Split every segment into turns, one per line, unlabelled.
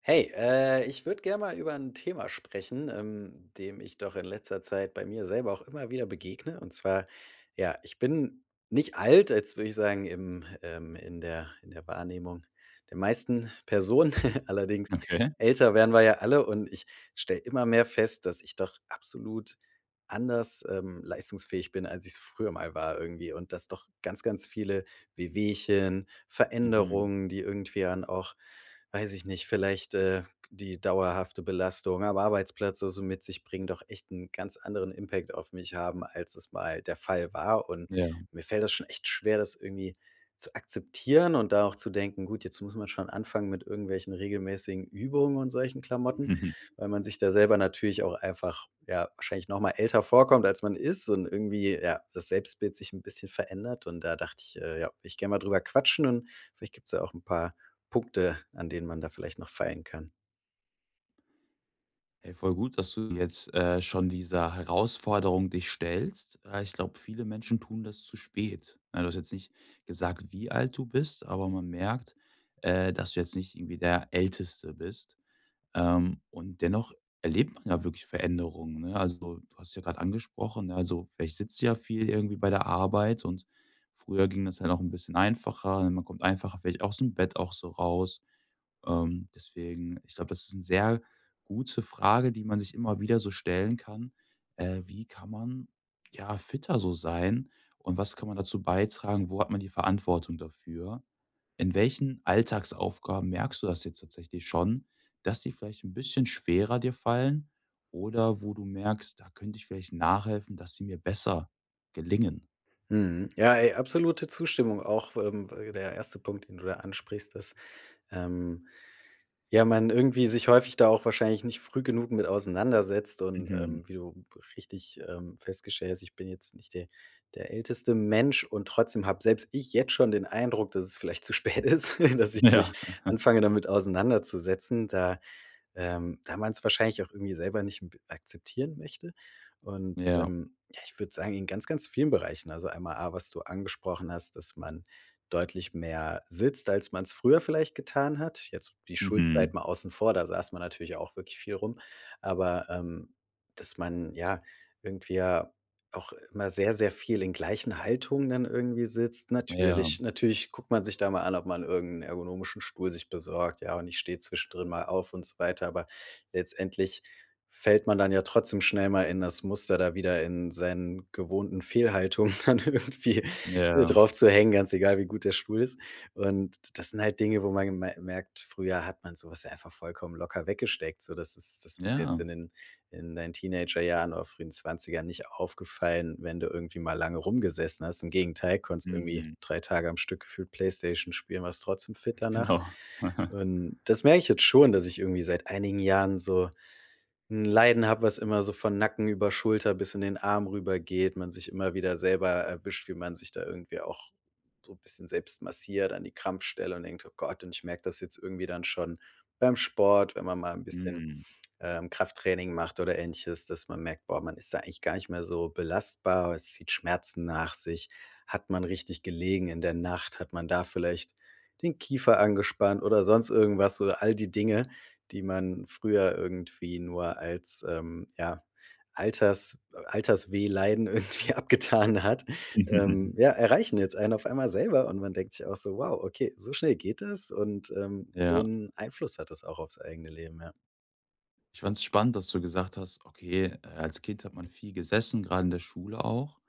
Hey, ich würde gerne mal über ein Thema sprechen, dem ich doch in letzter Zeit bei mir selber auch immer wieder begegne. Und zwar, ja, ich bin nicht alt, jetzt würde ich sagen, im in der Wahrnehmung der meisten Personen. Allerdings
Okay.
älter werden wir ja alle und ich stelle immer mehr fest, dass ich doch absolut anders, leistungsfähig bin, als ich's früher mal war irgendwie, und dass doch ganz, ganz viele Wehwehchen,
Mhm.
Veränderungen, die irgendwie dann auch, weiß ich nicht, vielleicht, die dauerhafte Belastung am Arbeitsplatz oder so mit sich bringen, doch echt einen ganz anderen Impact auf mich haben, als es mal der Fall war. Und
Ja.
mir fällt das schon echt schwer, das irgendwie zu akzeptieren und da auch zu denken: „Gut, jetzt muss man schon anfangen mit irgendwelchen regelmäßigen Übungen und solchen Klamotten“,
Mhm.
weil man sich da selber natürlich auch einfach, ja, wahrscheinlich noch mal älter vorkommt, als man ist, und irgendwie, ja, das Selbstbild sich ein bisschen verändert. Und da dachte ich, ja, ich gerne mal drüber quatschen und vielleicht gibt's ja auch ein paar Punkte, an denen man da vielleicht noch feilen kann.
Hey, voll gut, dass du jetzt, schon dieser Herausforderung dich stellst. Ich glaube, viele Menschen tun das zu spät. Ne, du hast jetzt nicht gesagt, wie alt du bist, aber man merkt, dass du jetzt nicht irgendwie der Älteste bist. Und dennoch erlebt man ja wirklich Veränderungen, ne? Also, du hast ja gerade angesprochen, ne, also, vielleicht sitzt du ja viel irgendwie bei der Arbeit und früher ging das ja noch ein bisschen einfacher. Ne? Man kommt einfacher vielleicht aus dem Bett auch so raus. Deswegen, ich glaube, das ist eine sehr gute Frage, die man sich immer wieder so stellen kann. Wie kann man, ja, fitter so sein und was kann man dazu beitragen? Wo hat man die Verantwortung dafür? In welchen Alltagsaufgaben merkst du das jetzt tatsächlich schon, dass die vielleicht ein bisschen schwerer dir fallen oder wo du merkst, da könnte ich vielleicht nachhelfen, dass sie mir besser gelingen?
Mhm. Ja, ey, absolute Zustimmung auch, der erste Punkt, den du da ansprichst, ist, ähm, ja, man irgendwie sich häufig da auch wahrscheinlich nicht früh genug mit auseinandersetzt und,
Mhm.
wie du richtig, festgestellt hast, ich bin jetzt nicht der älteste Mensch, und trotzdem habe selbst ich jetzt schon den Eindruck, dass es vielleicht zu spät ist, dass ich mich
Ja.
anfange, damit auseinanderzusetzen. Da man es wahrscheinlich auch irgendwie selber nicht m akzeptieren möchte. Und,
Ja.
ja, ich würde sagen, in ganz, ganz vielen Bereichen. Also einmal A, was du angesprochen hast, dass man deutlich mehr sitzt, als man es früher vielleicht getan hat. Jetzt die Schulzeit
Mhm.
mal außen vor, da saß man natürlich auch wirklich viel rum. Aber, dass man, ja, irgendwie ja auch immer sehr, sehr viel in gleichen Haltungen dann irgendwie sitzt.
Ja,
Natürlich guckt man sich da mal an, ob man irgend 'n ergonomischen Stuhl sich besorgt, ja, und ich stehe zwischendrin mal auf und so weiter, aber letztendlich fällt man dann ja trotzdem schnell mal in das Muster, da wieder in seinen gewohnten Fehlhaltungen dann irgendwie
ja,
drauf zu hängen, ganz egal, wie gut der Stuhl ist. Und das sind halt Dinge, wo man geme merkt, früher hat man sowas ja einfach vollkommen locker weggesteckt. So, das ist jetzt
ja.
in den in deinen Teenagerjahren oder frühen 20 nicht aufgefallen, wenn du irgendwie mal lange rumgesessen hast. Im Gegenteil, konntest irgendwie
Mhm.
3 Tage am Stück gefühlt Playstation spielen, warst trotzdem fit danach.
Genau.
Und das merke ich jetzt schon, dass ich irgendwie seit einigen Jahren so ein Leiden habe, was immer so von Nacken über Schulter bis in den Arm rübergeht. Man sich immer wieder selber erwischt, wie man sich da irgendwie auch so 'n bisschen selbst massiert an die Krampfstelle und denkt: „Oh Gott.“ Und ich merke das jetzt irgendwie dann schon beim Sport, wenn man mal ein bisschen
Mhm.
Krafttraining macht oder Ähnliches, dass man merkt: Boah, man ist da eigentlich gar nicht mehr so belastbar, es zieht Schmerzen nach sich. Hat man richtig gelegen in der Nacht? Hat man da vielleicht den Kiefer angespannt oder sonst irgendwas? So all die Dinge, die man früher irgendwie nur als, ja, Alters Alterswehleiden irgendwie abgetan hat, ja, erreichen jetzt einen auf einmal selber und man denkt sich auch so: „Wow, okay, so schnell geht das?“ Und, so
Ja.
'n Einfluss hat das auch aufs eigene Leben, ja.
Ich fand es spannend, dass du gesagt hast, okay, als Kind hat man viel gesessen, gerade in der Schule auch.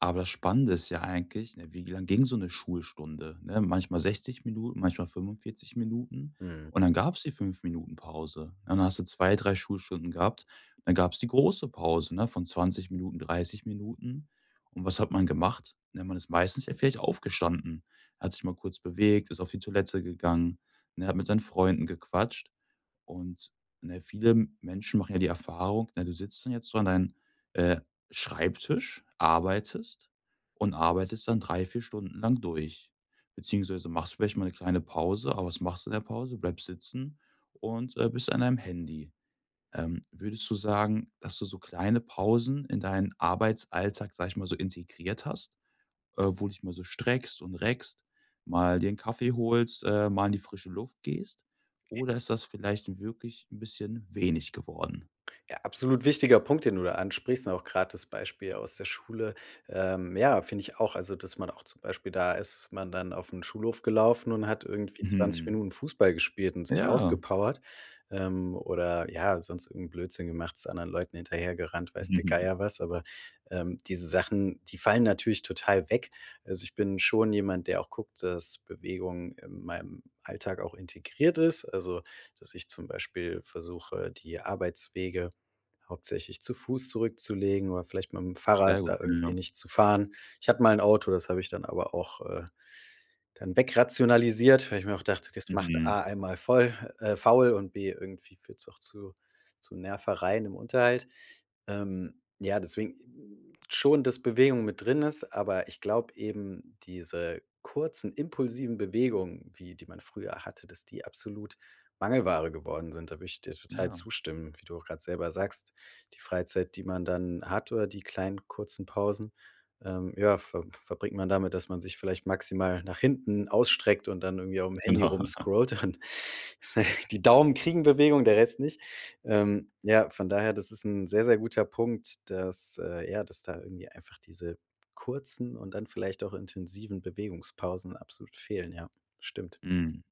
Aber das Spannende ist ja eigentlich, ne, wie lang ging so eine Schulstunde, ne? Manchmal 60 Minuten, manchmal 45 Minuten
Mhm.
und dann gab es die 5 Minuten Pause. Und dann hast du 2, 3 Schulstunden gehabt. Dann gab es die große Pause, ne, von 20 Minuten, 30 Minuten. Und was hat man gemacht? Ne, man ist meistens ja vielleicht aufgestanden, hat sich mal kurz bewegt, ist auf die Toilette gegangen, ne, hat mit seinen Freunden gequatscht und ne, viele Menschen machen ja die Erfahrung, ne, du sitzt dann jetzt so an deinem, äh, Schreibtisch, arbeitest und arbeitest dann 3, 4 Stunden lang durch. Beziehungsweise machst vielleicht mal eine kleine Pause, aber was machst du in der Pause? Du bleibst sitzen und bist an deinem Handy. Würdest du sagen, dass du so kleine Pausen in deinen Arbeitsalltag, sage ich mal, so integriert hast? Wo du dich mal so streckst und reckst, mal dir 'n Kaffee holst, mal in die frische Luft gehst? Oder ist das vielleicht wirklich ein bisschen wenig geworden?
Ja, absolut wichtiger Punkt, den du da ansprichst und auch gerade das Beispiel aus der Schule. Ja, finde ich auch, also, dass man auch zum Beispiel da ist man dann auf den Schulhof gelaufen und hat irgendwie 20
Mhm.
Minuten Fußball gespielt und sich
Ja.
ausgepowert, oder ja, sonst irgend Blödsinn gemacht, ist anderen Leuten hinterhergerannt, weiß der Geier was, aber, diese Sachen, die fallen natürlich total weg. Also, ich bin schon jemand, der auch guckt, dass Bewegung in meinem Alltag auch integriert ist, also, dass ich zum Beispiel versuche, die Arbeitswege hauptsächlich zu Fuß zurückzulegen oder vielleicht mit dem Fahrrad
Sehr gut,
da irgendwie
ja.
nicht zu fahren. Ich hatte mal ein Auto, das habe ich dann aber auch, dann wegrationalisiert, weil ich mir auch dachte: „Okay, das macht
Mhm.
A einmal voll faul, und B irgendwie führt es auch zu Nervereien im Unterhalt.“ ja, deswegen schon, dass Bewegung mit drin ist, aber ich glaube eben, diese kurzen, impulsiven Bewegungen, wie die man früher hatte, dass die absolut Mangelware geworden sind. Da würde ich dir total
Ja,
zustimmen, wie du auch grad selber sagst, die Freizeit, die man dann hat, oder die kleinen kurzen Pausen, ja, verbringt man damit, dass man sich vielleicht maximal nach hinten ausstreckt und dann irgendwie aufm Handy
genau.
rumscrollt und die Daumen kriegen Bewegung, der Rest nicht. Ja, von daher, das ist ein sehr, sehr guter Punkt, dass, ja, dass da irgendwie einfach diese kurzen und dann vielleicht auch intensiven Bewegungspausen absolut fehlen, ja, stimmt.
Mhm.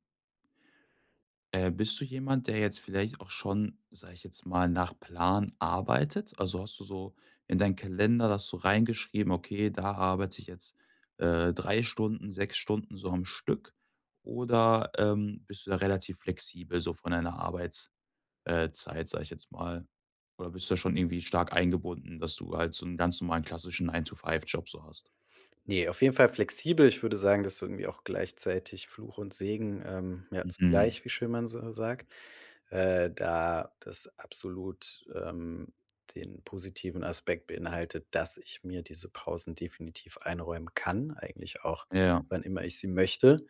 Bist du jemand, der jetzt vielleicht auch schon, sage ich jetzt mal, nach Plan arbeitet? Also hast du so in deinen Kalender das so reingeschrieben, okay, da arbeite ich jetzt 3 Stunden, 6 Stunden so am Stück? Oder bist du da relativ flexibel so von deiner Arbeitszeit, Zeit, sage ich jetzt mal? Oder bist du da schon irgendwie stark eingebunden, dass du halt so einen ganz normalen klassischen nine to five job so hast?
Ne, auf jeden Fall flexibel. Ich würde sagen, das ist irgendwie auch gleichzeitig Fluch und Segen, ja,
Mhm.
zugleich, wie schön man so sagt. Da das absolut, den positiven Aspekt beinhaltet, dass ich mir diese Pausen definitiv einräumen kann, eigentlich auch
Ja.
wann immer ich sie möchte.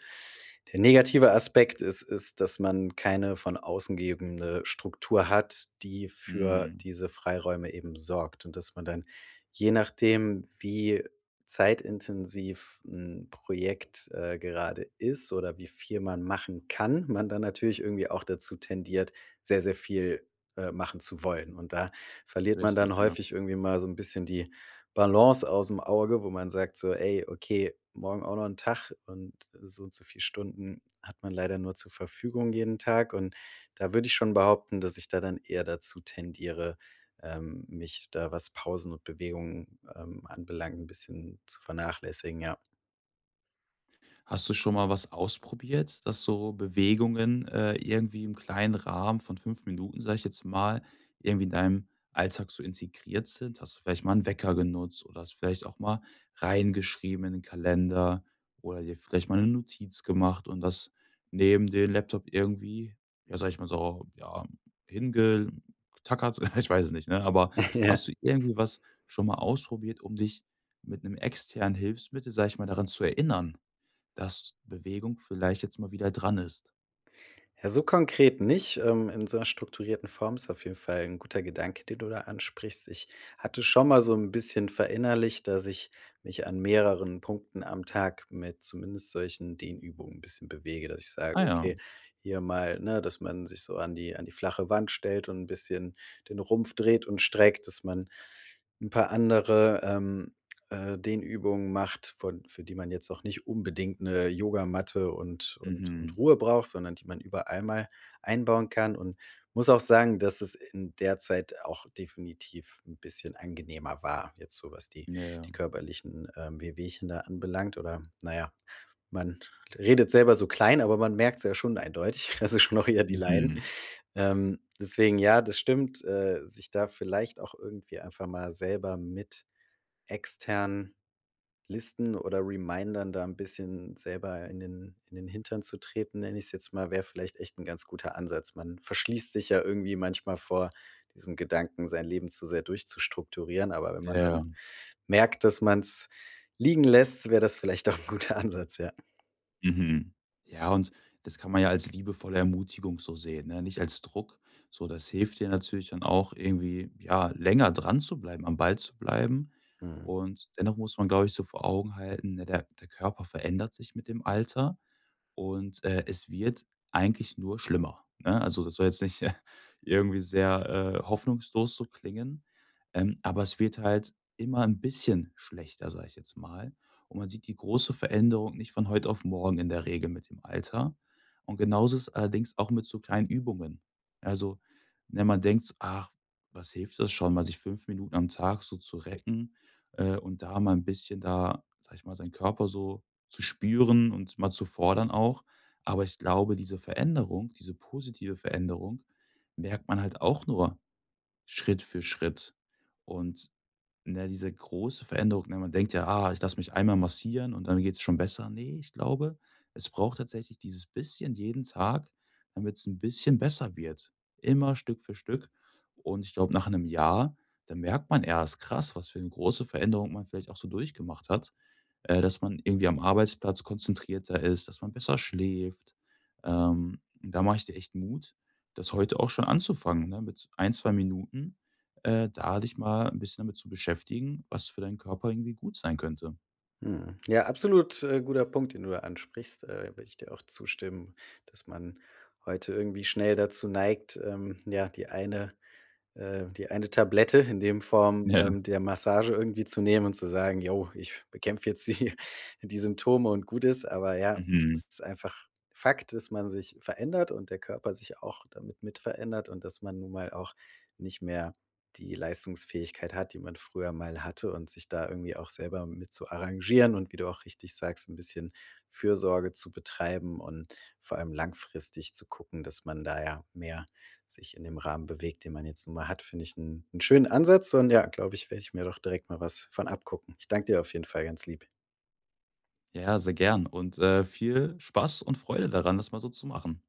Der negative Aspekt ist, dass man keine von außen gegebene Struktur hat, die für
Mhm.
diese Freiräume eben sorgt, und dass man dann, je nachdem, wie zeitintensiv ein Projekt, gerade ist oder wie viel man machen kann, man dann natürlich irgendwie auch dazu tendiert, sehr, sehr viel, machen zu wollen. Und da verliert man
Richtig,
dann
ja.
häufig irgendwie mal so ein bisschen die Balance aus dem Auge, wo man sagt so: „Ey, okay, morgen auch noch ein Tag, und so viel Stunden hat man leider nur zur Verfügung jeden Tag.“ Und da würde ich schon behaupten, dass ich da dann eher dazu tendiere, mich da, was Pausen und Bewegungen, anbelangt, ein bisschen zu vernachlässigen, ja.
Hast du schon mal was ausprobiert, dass so Bewegungen, irgendwie im kleinen Rahmen von 5 Minuten, sage ich jetzt mal, irgendwie in deinem Alltag so integriert sind? Hast du vielleicht mal einen Wecker genutzt oder hast vielleicht auch mal reingeschrieben in den Kalender oder dir vielleicht mal eine Notiz gemacht und das neben den Laptop irgendwie, ja, sage ich mal so, ja, hingetackert? Ich weiß es nicht, ne? Aber
Ja.
hast du irgendwie was schon mal ausprobiert, um dich mit einem externen Hilfsmittel, sage ich mal, daran zu erinnern? Dass Bewegung vielleicht jetzt mal wieder dran ist.
Ja, so konkret nicht. In so einer strukturierten Form ist auf jeden Fall ein guter Gedanke, den du da ansprichst. Ich hatte schon mal so ein bisschen verinnerlicht, dass ich mich an mehreren Punkten am Tag mit zumindest solchen Dehnübungen ein bisschen bewege, dass ich sage:
Ah ja.
„Okay, hier mal“, ne, dass man sich so an die flache Wand stellt und ein bisschen den Rumpf dreht und streckt, dass man ein paar andere, den Übungen macht, von für die man jetzt auch nicht unbedingt eine Yogamatte und und
Mhm.
Ruhe braucht, sondern die man überall mal einbauen kann, und muss auch sagen, dass es in der Zeit auch definitiv ein bisschen angenehmer war, jetzt so, was die
Ja.
körperlichen, Wehwehchen da anbelangt, oder naja, man redet selber so klein, aber man merkt es ja schon eindeutig, also schon auch eher die Leiden.
Mhm.
Deswegen ja, das stimmt, sich da vielleicht auch irgendwie einfach mal selber mit externen Listen oder Remindern da ein bisschen selber in den Hintern zu treten, nenne ich's jetzt mal, wäre vielleicht echt ein ganz guter Ansatz. Man verschließt sich ja irgendwie manchmal vor diesem Gedanken, sein Leben zu sehr durchzustrukturieren, aber wenn man dann
Ja.
merkt, dass man es liegen lässt, wäre das vielleicht auch ein guter Ansatz, ja.
Mhm. Ja, und das kann man ja als liebevolle Ermutigung so sehen, ne? Nicht als Druck. So, das hilft dir natürlich dann auch irgendwie, ja, länger dran zu bleiben, am Ball zu bleiben.
Mhm.
Und dennoch muss man, glaube ich, so vor Augen halten, ne, der Körper verändert sich mit dem Alter. Und es wird eigentlich nur schlimmer, ne? Also, das soll jetzt nicht irgendwie sehr, hoffnungslos so klingen, aber es wird halt immer ein bisschen schlechter, sage ich jetzt mal. Und man sieht die große Veränderung nicht von heute auf morgen in der Regel mit dem Alter. Und genauso ist es allerdings auch mit so kleinen Übungen. Also, wenn man denkt: so, „Ach, was hilft das schon, mal sich 5 Minuten am Tag so zu recken, und da mal ein bisschen da, sage ich mal, seinen Körper so zu spüren und mal zu fordern auch. Aber ich glaube, diese Veränderung, diese positive Veränderung, merkt man halt auch nur Schritt für Schritt. Und ne, diese große Veränderung, ne, man denkt ja, ah, ich lasse mich einmal massieren und dann geht es schon besser. Nee, ich glaube, es braucht tatsächlich dieses bisschen jeden Tag, damit es ein bisschen besser wird. Immer Stück für Stück. Und ich glaube, nach einem Jahr, da merkt man erst krass, was für eine große Veränderung man vielleicht auch so durchgemacht hat, dass man irgendwie am Arbeitsplatz konzentrierter ist, dass man besser schläft. Da mache ich dir echt Mut, das heute auch schon anzufangen, ne? Mit ein, zwei Minuten, da dich mal ein bisschen damit zu beschäftigen, was für deinen Körper irgendwie gut sein könnte.
Mhm. Ja, absolut, guter Punkt, den du da ansprichst. Würde ich dir auch zustimmen, dass man heute irgendwie schnell dazu neigt, ja, die eine Tablette in dem Form,
Ja,
der Massage irgendwie zu nehmen und zu sagen: „Jo, ich bekämpfe jetzt die die Symptome und gut ist.“ Aber ja,
mhm.
es ist einfach Fakt, dass man sich verändert und der Körper sich auch damit mit verändert und dass man nun mal auch nicht mehr die Leistungsfähigkeit hat, die man früher mal hatte, und sich da irgendwie auch selber mit zu arrangieren und, wie du auch richtig sagst, ein bisschen Fürsorge zu betreiben und vor allem langfristig zu gucken, dass man da ja mehr sich in dem Rahmen bewegt, den man jetzt nun mal hat, finde ich einen 'n schönen Ansatz, und ja, glaube ich, werde ich mir doch direkt mal was von abgucken. Ich danke dir auf jeden Fall ganz lieb.
Ja, sehr gern und viel Spaß und Freude daran, das mal so zu machen.